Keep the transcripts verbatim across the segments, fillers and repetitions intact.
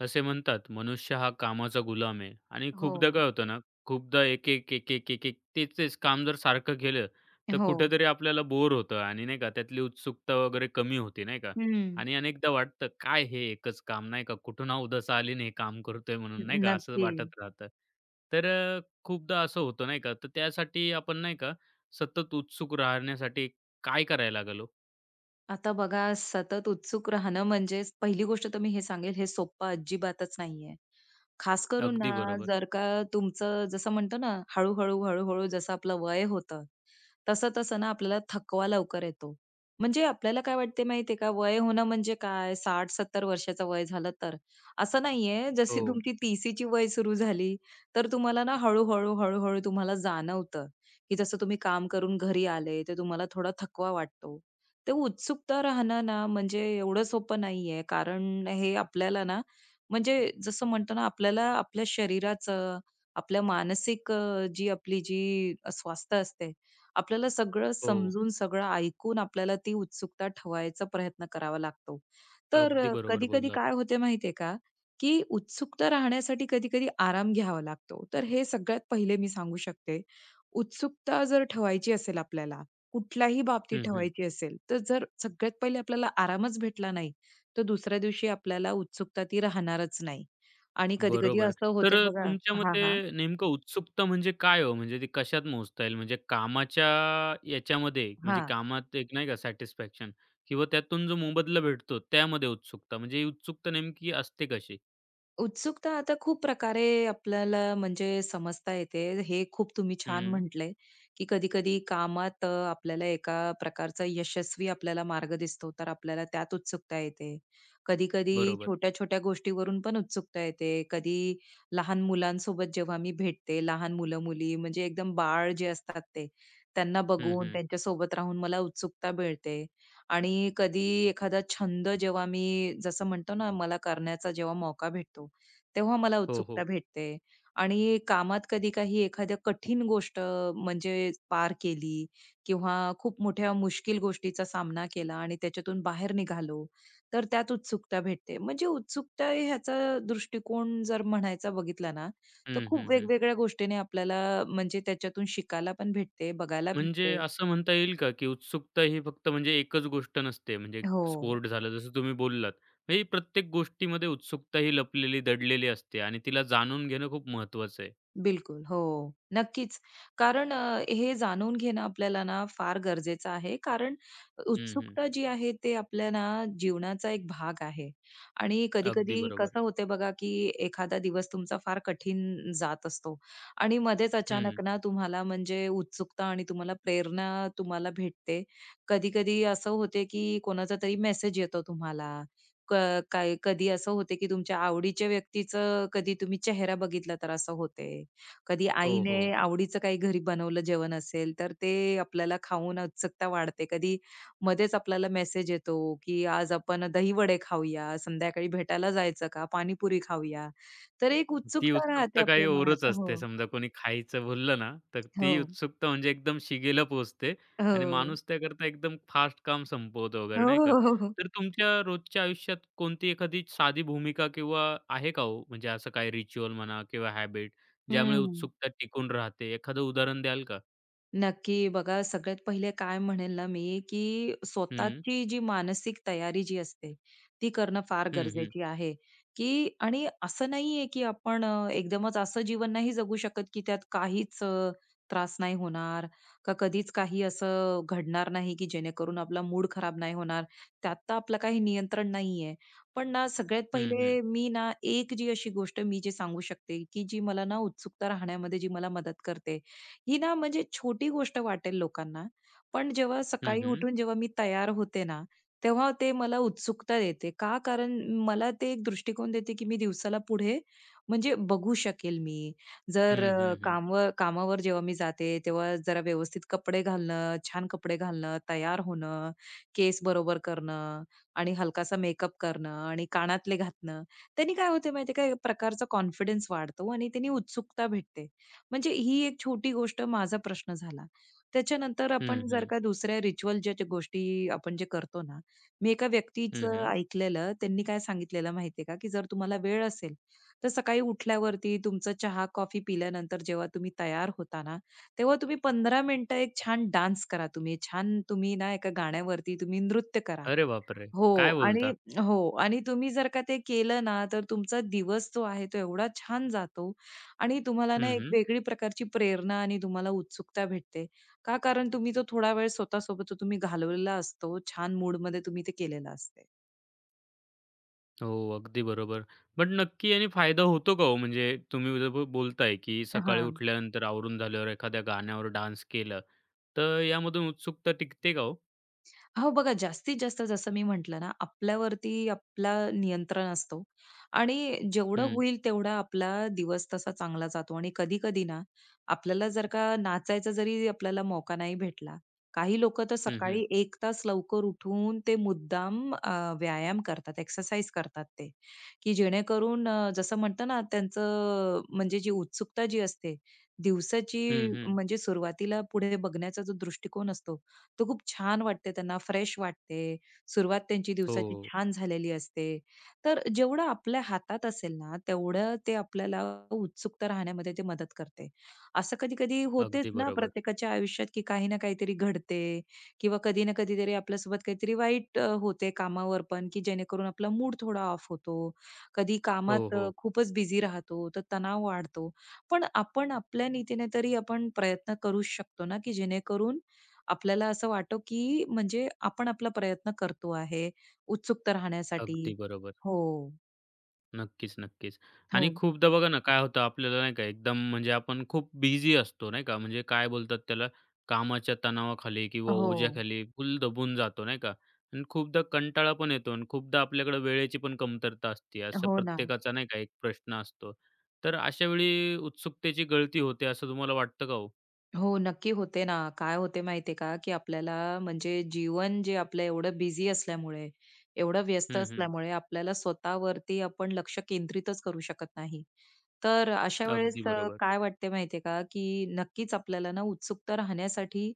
असे म्हणतात, मनुष्य हा कामाचा गुलाम आहे आणि खूपदा हो, काय होतं ना, खूपदा एक, एक, एक, एक, एक, एक तेच-तेच काम जर सारखं केलं, तर हो. कुठेतरी आपल्याला बोर होतं आणि नाही का त्यातली उत्सुकता वगैरे कमी होते, नाही का? हं. आणि अनेकदा वाटतं, "काय हे एकच काम?" नाही का, "कुठून अवदासा आली आणि काम करतोय?" म्हणून नाही न का, असं नक्की. वाटत राहतं. तर अ, खूपदा असं होतं नाही का, तर त्यासाठी आपण नाही का, सतत उत्सुक राहण्यासाठी काय करायला लागलो? आता बघा, सतत उत्सुक राहणं म्हणजे पहिली गोष्ट तर मी हे सांगेल, हे सोप्पं अजिबातच नाहीये. खास करून ना, अगदी बरोबर. जर का तुमचं जसं म्हणतो ना, हळू-हळू, हळू-हळू जसं आपलं वय होतं, तसं-तसं ना आपल्याला थकवा लवकर येतो. म्हणजे आपल्याला काय वाटते माहितीये का, वय होणं म्हणजे काय साठ ते सत्तर वर्षाचं वय झालं तर. असं नाहीये, जशी हो, तुमची तीस वय सुरू झाली, तर तुम्हाला ना हळू-हळू, हळूहळू तुम्हाला जाणवतं, की जसं तुम्ही काम करून घरी आले, तर तुम्हाला थोडा थकवा वाटतो. ते उत्सुकता राहणं ना म्हणजे एवढं सोपं नाहीये. कारण हे आपल्याला ना म्हणजे जसं म्हणतो ना आपल्याला आपल्या शरीराचं, आपल्या मानसिक अ, जी आपली जी स्वास्थ्य असते, आपल्याला सगळं हो. समजून, सगळं ऐकून आपल्याला ती उत्सुकता ठेवायचा प्रयत्न करावा लागतो. तर अगदी अ, बरोबर कधी-कधी बोललात. काय होते माहितीये का, की उत्सुकता राहण्यासाठी कधी-कधी आराम घ्यावा लागतो. तर हे सगळ्यात पहिले मी सांगू शकते. उत्सुकता जर ठेवायची असेल आपल्याला, कुठल्याही बाबतीत हं, हं. ठेवायची असेल, तर जर सगळ्यात पहिले आपल्याला आरामच भेटला नाही, तर दुसऱ्या दिवशी आपल्याला उत्सुकता ती राहणारच नाही. आणि कधी-कधी बरोबर. असं तर होते अ, बघा. तुमच्या हां, मते हां. नेमकं उत्सुकता म्हणजे काय हो? म्हणजे ती कशात मोजता येईल? म्हणजे कामाच्या याच्यामध्ये म्हणजे हां. कामात एक नाही का सॅटिस्फॅक्शन किंवा त्यातून जो मोबदला भेटतो त्यामध्ये उत्सुकता म्हणजे ही उत्सुकता नेमकी असते कशी? उत्सुकता आता खूप प्रकारे आपल्याला म्हणजे समजता येते. हे खूप तुम्ही छान हं, म्हटलंय, की कधी-कधी कामात अ, आपल्याला एका प्रकारचा यशस्वी आपल्याला मार्ग दिसतो, तर आपल्याला त्यात उत्सुकता येते. कधी-कधी बरोबर. छोट्या-छोट्या गोष्टीवरून पण उत्सुकता येते. कधी लहान मुलांसोबत जेव्हा मी भेटते, लहान मुलं-मुली म्हणजे एकदम बाळ जे असतात ते, त्यांना हं, बघून हं. त्यांच्यासोबत राहून मला उत्सुकता मिळते. आणि कधी एखादा छंद जेव्हा मी जसं म्हणतो ना, मला करण्याचा जेव्हा मौका भेटतो, तेव्हा मला हो, हो. उत्सुकता भेटते. आणि कामात कधी काही एखाद्या कठीण गोष्ट म्हणजे पार केली किंवा खूप मोठ्या मुश्किल गोष्टीचा सामना केला आणि त्याच्यातून बाहेर निघालो, तर त्यात उत्सुकता भेटते. म्हणजे उत्सुकता ह्याचा दृष्टिकोन जर म्हणायचा बघितला ना, तर हं, खूप हं, हं. वेगवेगळ्या गोष्टीने आपल्याला म्हणजे त्याच्यातून शिकायला पण भेटते, बघायला म्हणजे भेटते. असं म्हणता येईल का, की उत्सुकता ही फक्त म्हणजे एकच गोष्ट नसते. म्हणजे हो. स्पोर्ट झालं जसं तुम्ही बोललात. म्हणजे प्रत्येक गोष्टीमध्ये उत्सुकता ही लपलेली, दडलेली असते आणि तिला जाणून घेणं खूप महत्त्वाचं आहे. बिलकुल. हो. नक्कीच. कारण अ, हे जाणून घेणं आपल्याला ना फार गरजेचं आहे. कारण हं, हं. उत्सुकता जी आहे ते आपल्या ना जीवनाचा एक भाग आहे. आणि अगदी कधी-कधी बरोबर. कसं होते बघा, की एखादा दिवस तुमचा फार कठीण जात असतो आणि मध्येच हं. अचानक ना तुम्हाला म्हणजे उत्सुकता आणि तुम्हाला प्रेरणा तुम्हाला भेटते. कधी-कधी असं होते, की कोणाचा तरी मेसेज येतो तुम्हाला. क काय कधी असं होते, की तुमच्या आवडीच्या व्यक्तीचं कधी तुम्ही चेहरा बघितला तर असं होते. कधी हो, आईने हो. आवडीचं काही घरी बनवलं जेवण असेल, तर ते आपल्याला खाऊन उत्सुकता वाढते. कधी मध्येच आपल्याला मेसेज येतो, की आज आपण दहीवडे खाऊया, संध्याकाळी भेटायला जायचं का, पाणीपुरी खाऊया. तर एक ती उत्सुकता राहते उत्सुकता काही आपल्या ओरच मनात. असते. हो. समजा कोणी खायचं बोललं ना, तर हो. ती उत्सुकता म्हणजे एकदम शिगेला पोहोचते हो. आणि माणूस त्याकरता एकदम फास्ट काम संपवतो हो, वगैरे नाही का. हो, हो, हो. तर तुमच्या रोजच्या आयुष्यात कोणती एखादी साधी भूमिका किंवा आहे का हो? म्हणजे असं काही रिच्युअल म्हणा किंवा हॅबिट ज्यामुळे हं. उत्सुकता टिकून राहते. एखादं उदाहरण द्याल का? नक्की. बघा, सगळ्यात पहिले काय म्हणेल ना मी, की हं. स्वतःची जी मानसिक तयारी जी असते, ती करणं फार हं, हं. गरजेची आहे, की आणि असं नाहीये, की आपण अ, एकदमच असं जीवन नाही जगू शकत, की त्यात काहीच अ, त्रास नाही होणार का कधीच काही असं घडणार नाही, की जेणेकरून आपला मूड खराब नाही होणार. त्यात तर आपलं काही नियंत्रण नाहीये. पण ना सगळ्यात हं, हं. पहिले मी ना एक जी अशी गोष्ट मी जी सांगू शकते, की जी मला ना उत्सुकता राहण्यामध्ये जी मला मदत करते, ही ना म्हणजे छोटी गोष्ट वाटेल लोकांना, पण जेव्हा हं, सकाळी हं. उठून जेव्हा मी तयार होते ना, तेव्हा ते मला उत्सुकता देते. का? कारण मला ते एक दृष्टिकोन देते, की मी दिवसाला पुढे म्हणजे बघू शकेल मी. जर हं, अ, हं, हं. कामवर कामावर जेव्हा मी जाते, तेव्हा जरा व्यवस्थित कपडे घालणं, छान कपडे घालणं, तयार होणं, केस बरोबर करणं आणि हलकासा मेकअप करणं आणि कानातले घातणं. त्यांनी काय होते माहिती का? एक प्रकारचा कॉन्फिडन्स वाढतो आणि त्यांनी उत्सुकता भेटते. म्हणजे ही एक छोटी गोष्ट माझा प्रश्न झाला. त्याच्यानंतर हं, आपण जर हं. का दुसऱ्या रिच्युअल ज्या ज्या गोष्टी आपण जे करतो ना, मी एका व्यक्तीचं ऐकलेलं, त्यांनी काय सांगितलेलं माहितीये का, की जर तुम्हाला वेळ असेल, तर सकाळी उठल्यावरती तुमचा चहा, कॉफी पिल्यानंतर जेव्हा तुम्ही तयार होता ना, तेव्हा तुम्ही पंधरा मिनिटं एक छान डान्स करा तुम्ही. छान तुम्ही ना एका गाण्यावरती तुम्ही नृत्य करा. अरे बापरे! हो काय आणि बोलता? हो आणि तुम्ही जर का ते केलं ना, तर तुमचा दिवस जो आहे तो एवढा छान जातो आणि तुम्हाला ना एक हं, वेगळी प्रकारची प्रेरणा आणि तुम्हाला उत्सुकता भेटते. का? कारण तुम्ही तो थोडा वेळ स्वतःसोबत तो तुम्ही घालवलेला असतो. छान मूडमध्ये तुम्ही ते केलेलं असते. हो, अगदी बरोबर. पण नक्की याने फायदा होतो का हो? म्हणजे तुम्ही जर ब- बोलताय, की सकाळी हां. उठल्यानंतर आवरून झाल्यावर एखाद्या गाण्यावर डान्स केला, तर यामधून उत्सुकता टिकते का हो? हो बघा, जास्तीत जास्त जसं मी म्हटलं ना, आपल्यावरती आपला नियंत्रण असतो आणि जेवढं हं, होईल तेवढा आपला दिवस तसा चांगला जातो आणि कधी-कधी ना, आपल्याला जर का नाचायचा जरी आपल्याला मौका नाही भेटला, काही लोकं तर हं, हं. सकाळी एक तास लवकर उठून ते मुद्दाम अ, व्यायाम करतात, एक्सरसाइज करतात ते, की जेणेकरून अ, जसं म्हणतो ना, त्यांचं म्हणजे जी उत्सुकता जी असते, हं, दिवसाची हं. म्हणजे सुरुवातीला पुढे बघण्याचा जो दृष्टिकोन असतो, तर खूप छान वाटते त्यांना, फ्रेश वाटते. सुरुवात त्यांची दिवसाची हो, छान झालेली असते. तर जेवढं आपल्या हातात असेल ना, तेवढं ते आपल्याला उत्सुकता राहण्यामध्ये ते मदत करते. असं कधी-कधी होतेच अगदी ना बरोबर. प्रत्येकाच्या आयुष्यात, की काही ना काहीतरी घडते किंवा कधी ना कधीतरी आपल्यासोबत काहीतरी वाईट अ, होते कामावर पण, की जेणेकरून आपला मूड थोडा ऑफ होतो. कधी हो, कामात अ, हो. खूपच बिझी राहतो, तर तणाव वाढतो. पण आपण आपल्या नीतीने तरी आपण प्रयत्न करूच शकतो ना, की जेणेकरून आपल्याला असं वाटो, की म्हणजे आपण आपला प्रयत्न करतो आहे, उत्सुकता राहण्यासाठी. अगदी बरोबर. हो, नक्कीच, नक्कीच. हो, आणि खूपदा बघा ना, काय होतं आपल्याला नाही का एकदम म्हणजे आपण खूप बिझी असतो नाही का, म्हणजे काय बोलतात त्याला, कामाच्या तणावाखाली किंवा हो, ओझ्याखाली फुल दबून जातो नाही का. आणि खूपदा कंटाळा पण येतो आणि खूपदा आपल्याकडे वेळेची पण कमतरता असते. असा हो ना. प्रत्येकाचा नाही का एक प्रश्न असतो. तर अशा वेळी उत्सुकतेची गळती होते असं तुम्हाला वाटतं का हो? हो, नक्की होते ना. काय होते माहितीये का, की आपल्याला म्हणजे जीवन जे आपलं एवढं बिझी असल्यामुळे, एवढं व्यस्त हं, हं. असल्यामुळे आपल्याला स्वतःवरती आपण लक्ष केंद्रितच करू शकत नाही. तर अशा वेळेस अगदी अ, बरोबर. काय वाटते माहितीये का, की नक्कीच आपल्याला ना उत्सुकता राहण्यासाठी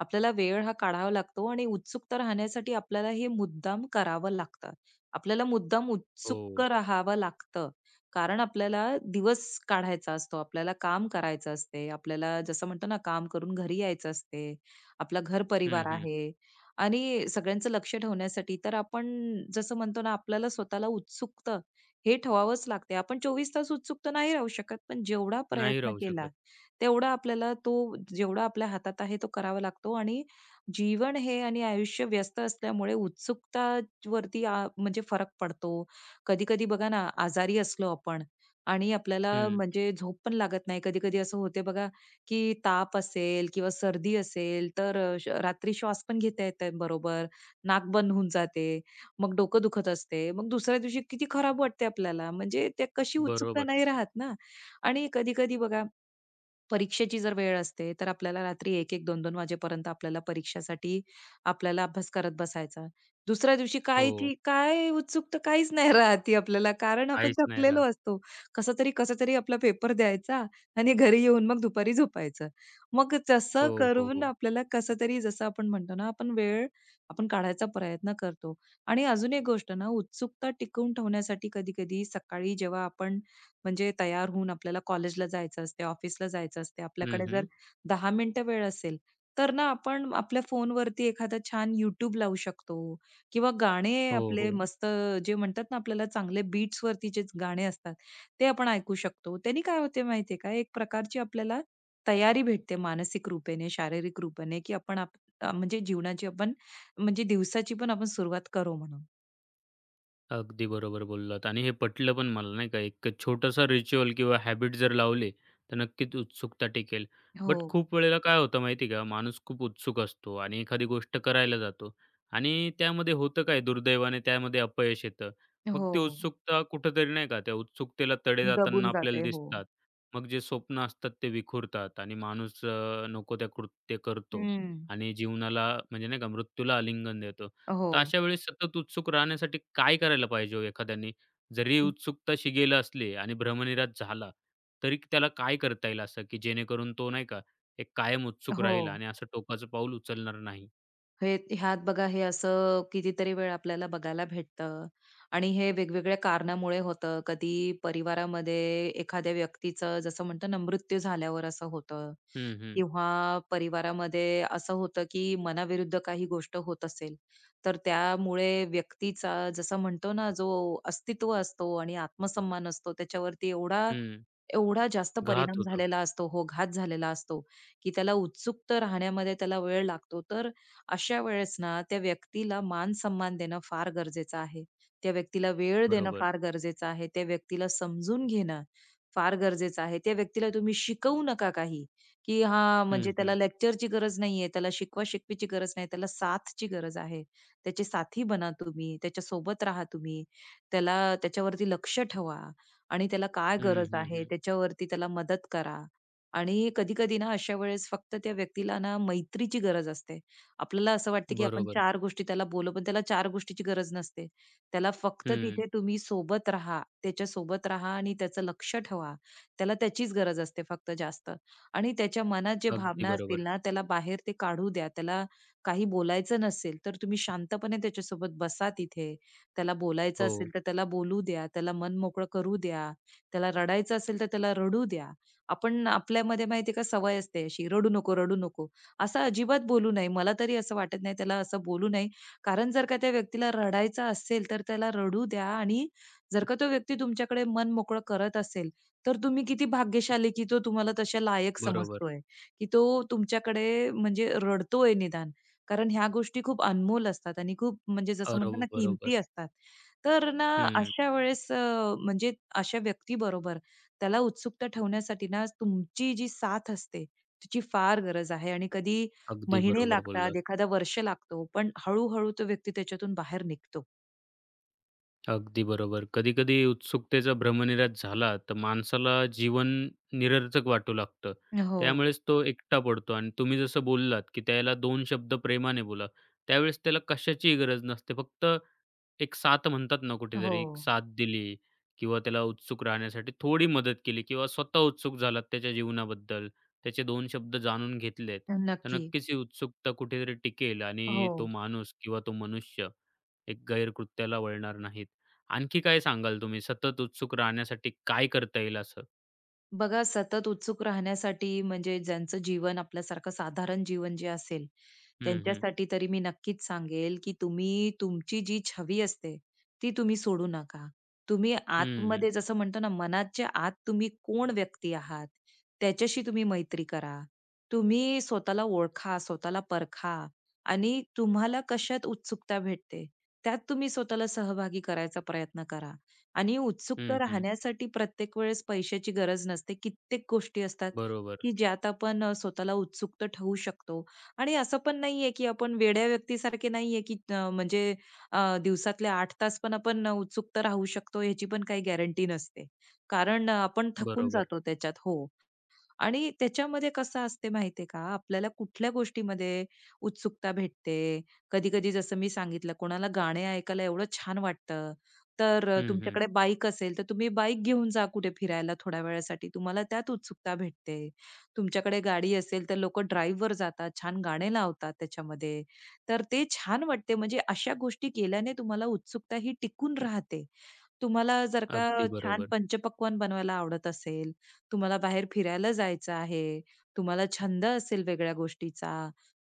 आपल्याला वेळ हा काढावा लागतो आणि उत्सुकता राहण्यासाठी आपल्याला हे मुद्दाम करावं लागतं. आपल्याला मुद्दाम उत्सुक हो. राहावं लागतं. कारण आपल्याला दिवस काढायचा असतो, आपल्याला काम करायचं असते. आपल्याला जसं म्हणतो ना, काम करून घरी यायचं असते. आपला हं, घर-परिवार हं. आहे आणि सगळ्यांचं लक्ष ठेवण्यासाठी तर आपण जसं म्हणतो ना, आपल्याला स्वतःला उत्सुकता हे ठेवावंच लागते. आपण चोवीस तास उत्सुक नाही राहू शकत, पण जेवढा नाही प्रयत्न राहू केला, शकत. तेवढा आपल्याला तो जेवढा आपल्या हातात आहे तो करावा लागतो आणि जीवन हे आणि आयुष्य व्यस्त असल्यामुळे उत्सुकतावरती आ, म्हणजे फरक पडतो कधी-कधी बघा ना, आजारी असलो आपण आणि आपल्याला हं. म्हणजे झोप पण लागत नाही. कधी-कधी असं होते बघा, की ताप असेल किंवा सर्दी असेल, तर अ, श रात्री श्वास पण घेता येत नाही बरोबर, नाक बंद होऊन जाते, मग डोकं दुखत असते. मग दुसऱ्या दिवशी किती खराब वाटते आपल्याला, म्हणजे ते कशी उत्सुकता बरोबर. नाही राहत ना. आणि कधी-कधी बघा परीक्षेची जर वेळ असते, तर आपल्याला रात्री एक 1 दोन-दोन वाजेपर्यंत आपल्याला परीक्षासाठी आपल्याला अभ्यास करत बसायचा. दुसऱ्या दिवशी काय हो. की काय उत्सुकता काहीच नाही राहत ती आपल्याला, कारण आपण काहीच नाही थकलेलो राहत. असतो. कसं तरी, कसं तरी आपला पेपर द्यायचा आणि घरी येऊन मग दुपारी झोपायचं. मग तसं हो, हो, करून हो. आपल्याला कसं तरी जसं आपण म्हणतो ना, आपण वेळ आपण काढायचा प्रयत्न करतो. आणि अजून एक गोष्ट ना, उत्सुकता टिकवून ठेवण्यासाठी कधी-कधी सकाळी जेव्हा आपण म्हणजे तयार होऊन आपल्याला कॉलेजला जायचं असते, ऑफिसला जायचं असते. हं, आपल्याकडे जर हं. दहा मिनिटं वेळ असेल, तर ना आपण आपल्या फोनवरती एखादा छान YouTube लावू शकतो किंवा गाणे हो, आपले हो. मस्त जे म्हणतात ना आपल्याला चांगले बीट्स वरती जे गाणे असतात, ते आपण ऐकू शकतो. त्यानी काय होते माहितीये का, एक प्रकारची आपल्याला तयारी भेटते मानसिक रूपेने, शारीरिक रूपाने, की आपण आप अ, म्हणजे जीवनाची आपण म्हणजे दिवसाची पण आपण सुरुवात करू म्हणून. अगदी बरोबर बोललात आणि हे पटलं पण मला नाही का, एक छोटासा रिच्युअल किंवा हॅबिट जर लावले, तर नक्कीच उत्सुकता टिकेल. बट हो. खूप वेळेला काय होतं माहिती का, माणूस खूप उत्सुक असतो आणि एखादी गोष्ट करायला जातो आणि त्यामध्ये होतं काय, दुर्दैवाने त्यामध्ये अपयश येतं. मग हो. ती उत्सुकता कुठेतरी नाही का, त्या उत्सुकतेला तडे जाताना दबून आपल्याला जाते. हो. दिसतात. मग जे स्वप्न असतात ते विखुरतात आणि माणूस अ, नको त्या कृत्य करतो हं. आणि जीवनाला म्हणजे नाही का मृत्यूला आलिंगन देतो. हो. तर अशा वेळेस सतत उत्सुक राहण्यासाठी काय करायला पाहिजे हो एखाद्याने? जरी म- उत्सुकता शिगेला असली आणि भ्रमनिरास झाला, तरी त्याला काय करता येईल असं, की जेणेकरून तो नाही का एक कायम उत्सुक हो. राहील आणि असं टोकाचं पाऊल उचलणार नाही? हे ह्यात बघा हे असं कितीतरी वेळ आपल्याला बघायला भेटतं आणि हे वेगवेगळ्या कारणामुळे होतं. कधी परिवारामध्ये एखाद्या व्यक्तीचं जसं म्हणतो ना मृत्यू झाल्यावर असं होतं हं, हं. किंवा परिवारामध्ये असं होतं की मनाविरुद्ध काही गोष्ट होत असेल, तर त्यामुळे व्यक्तीचा जसं म्हणतो ना जो अस्तित्व असतो आणि आत्मसन्मान असतो त्याच्यावरती एवढा हं. एवढा जास्त घात परिणाम होतो. झालेला असतो, हो, घात झालेला असतो, की त्याला उत्सुक राहण्यामध्ये त्याला वेळ लागतो. तर अशा वेळेस ना त्या व्यक्तीला मान-सन्मान देणं फार गरजेचं आहे. त्या व्यक्तीला वेळ देणं बरोबर. फार गरजेचं आहे. त्या व्यक्तीला समजून घेणं फार गरजेचं आहे. त्या व्यक्तीला तुम्ही शिकवू नका काही, की हां, हं, म्हणजे हं. त्याला लेक्चरची गरज नाहीये, त्याला शिकवा-शिकवीची गरज नाही, त्याला साथची गरज आहे. त्याचे साथी बना तुम्ही, त्याच्यासोबत राहा तुम्ही. त्याला त्याच्यावरती लक्ष ठेवा आणि त्याला काय हं, गरज हं, आहे हं. त्याच्यावरती त्याला मदत करा आणि कधी-कधी ना अशा वेळेस फक्त त्या व्यक्तीला ना मैत्रीची गरज असते. आपल्याला असं वाटतं, की आपण बरोबर. चार गोष्टी त्याला बोलू, पण त्याला चार गोष्टीची गरज नसते. त्याला फक्त हं. तिथे तुम्ही सोबत राहा, त्याच्या सोबत राहा आणि त्याचं लक्ष ठेवा. त्याला त्याचीच गरज असते फक्त जास्त आणि त्याच्या मनात जे अगदी भावना असतील बरोबर. ना, त्याला बाहेर ते काढू द्या. त्याला काही बोलायचं नसेल, तर तुम्ही शांतपणे त्याच्यासोबत बसा तिथे. त्याला बोलायचं हो. असेल, तर त्याला बोलू द्या. त्याला मन मोकळं करू द्या. त्याला रडायचं असेल, तर त्याला रडू द्या. आपण आपल्यामध्ये माहिती का सवय असते अशी, "रडू नको, रडू नको." असं अजिबात बोलू नये. मला तरी असं वाटत नाही त्याला असं बोलू नये. कारण जर का त्या व्यक्तीला रडायचं असेल, तर त्याला रडू द्या आणि जर का तो व्यक्ती तुमच्याकडे मन मोकळं करत असेल, तर तुम्ही किती भाग्यशाली की तो तुम्हाला तशा लायक बरोबर. समजतोय, की तो तुमच्याकडे म्हणजे रडतोय निदान. कारण ह्या गोष्टी खूप अनमोल असतात आणि खूप म्हणजे जसं बरो म्हणतो ना बरोबर. किमती असतात. तर ना हं. अशा वेळेस अ, म्हणजे अशा व्यक्तीबरोबर त्याला उत्सुकता ठेवण्यासाठी ना तुमची जी साथ असते, तिची फार गरज आहे आणि कधी अगदी महिने बरोबर बोललात. लागतात, एखादा वर्ष लागतो, पण हळू-हळू तो व्यक्ती त्याच्यातून बाहेर निघतो. अगदी बरोबर. कधी-कधी उत्सुकतेचा भ्रमनिरास झाला, तर माणसाला जीवन निरर्थक वाटू लागतं. हो, त्यामुळेच तो एकटा पडतो आणि तुम्ही जसं बोललात, की त्याला दोन शब्द प्रेमाने बोला. त्यावेळेस त्याला कशाचीही गरज नसते. फक्त एक साथ म्हणतात ना हो. कुठेतरी, एक साथ दिली किंवा त्याला उत्सुक राहण्यासाठी थोडी मदत केली किंवा स्वतः उत्सुक झालात त्याच्या जीवनाबद्दल, त्याचे दोन शब्द जाणून घेतलेत, तर नक्की. नक्कीच ही उत्सुकता कुठेतरी टिकेल आणि तो हो. माणूस किंवा तो मनुष्य एक गैरकृत्याला वळणार नाहीत. आणखी काय सांगाल तुम्ही सतत उत्सुक राहण्यासाठी काय करता येईल असं? बघा सतत उत्सुक राहण्यासाठी म्हणजे ज्यांचं जीवन आपल्यासारखं साधारण जीवन जे असेल हं, हं. त्यांच्यासाठी तरी मी नक्कीच सांगेल की तुम्ही तुमची जी छवी असते ती तुम्ही सोडू नका. तुम्ही हं, हं. आतमध्ये जसं म्हणतो ना मनाच्या आत तुम्ही कोण व्यक्ती आहात त्याच्याशी तुम्ही मैत्री करा. तुम्ही स्वतःला ओळखा, स्वतःला परखा आणि तुम्हाला कशात उत्सुकता भेटते त्यात तुम्ही स्वतःला सहभागी करायचा प्रयत्न करा. आणि हं, उत्सुकता हं. राहण्यासाठी प्रत्येक वेळेस पैशाची गरज नसते. कित्येक गोष्टी असतात, बरोबर, की ज्यात आपण अ, स्वतःला उत्सुक ठेवू शकतो. आणि असं पण नाहीये, की आपण वेड्या व्यक्तीसारखे नाहीये, की अ, म्हणजे अ, दिवसातले आठ तास पण आपण उत्सुकता राहू शकतो, ह्याची पण काही गॅरंटी नसते. कारण अ, आपण थकून बरोबर. जातो त्याच्यात. हो. आणि त्याच्यामध्ये कसं असते माहितीये का, आपल्याला कुठल्या गोष्टीमध्ये उत्सुकता भेटते. कधी-कधी जसं मी सांगितलं, कोणाला गाणे ऐकायला एवढं छान वाटतं, तर अ, हं, हं. तुमच्याकडे बाईक असेल, तर तुम्ही बाईक घेऊन जा कुठे फिरायला थोड्या वेळासाठी. तुम्हाला त्यात उत्सुकता भेटते. तुमच्याकडे गाडी असेल, तर लोकं ड्राईव्हवर जातात, छान गाणे लावतात त्याच्यामध्ये. तर ते छान वाटते. म्हणजे अशा गोष्टी केल्याने तुम्हाला उत्सुकता ही टिकून राहते. तुम्हाला जर का अगदी छान बरोबर. पंचपक्वान्न बनवायला आवडत असेल, तुम्हाला बाहेर फिरायला जायचं आहे, तुम्हाला छंद असेल वेगळ्या गोष्टीचा,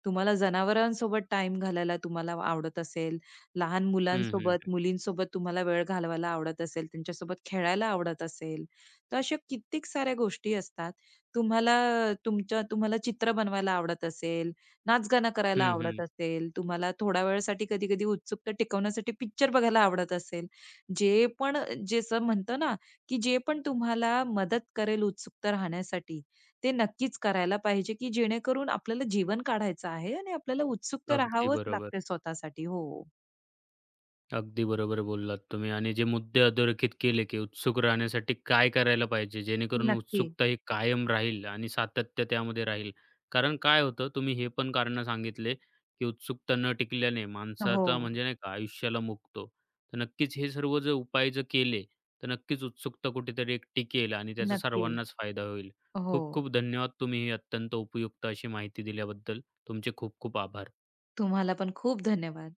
तुम्हाला जनावरांसोबत टाईम घालायला तुम्हाला आवडत असेल, लहान हं, हं. मुलांसोबत, मुलींसोबत तुम्हाला वेळ घालवायला आवडत असेल, त्यांच्यासोबत खेळायला आवडत असेल. तर अशा कित्येक साऱ्या गोष्टी असतात. तुम्हाला तुमच्या तुम्हाला चित्र बनवायला आवडत असेल, नाचगाणं करायला हं, हं. आवडत असेल, तुम्हाला थोड्या वेळासाठी कधी-कधी उत्सुकता टिकवण्यासाठी पिक्चर बघायला आवडत असेल. जे पण जसं म्हणतो ना, की जे पण तुम्हाला मदत करेल उत्सुकता राहण्यासाठी, ते नक्कीच करायला पाहिजे, की जेणेकरून आपल्याला जीवन काढायचं आहे आणि आपल्याला उत्सुक तर अगदी राहावंच बरोबर. लागते स्वतःसाठी. हो. अगदी बरोबर बोललात तुम्ही आणि जे मुद्दे अधोरेखित केले, की उत्सुक राहण्यासाठी काय करायला पाहिजे? जेणेकरून नक्की. उत्सुकता ही कायम राहील आणि सातत्य त्यामध्ये राहील. कारण काय होतं, तुम्ही हे पण कारणं सांगितले, की उत्सुकता न टिकल्याने हो. माणसाचा म्हणजे नाही का आयुष्याला मुकतो. तर नक्कीच हे सर्व जर उपाय जर केले, तर नक्कीच उत्सुकता कुठेतरी एक टिकेल आणि त्याचा नक्की. सर्वांनाच फायदा होईल. हो. खूप खूप धन्यवाद तुम्ही ही अत्यंत उपयुक्त अशी माहिती दिल्याबद्दल. तुमचे खूप खूप आभार. तुम्हाला पण खूप धन्यवाद.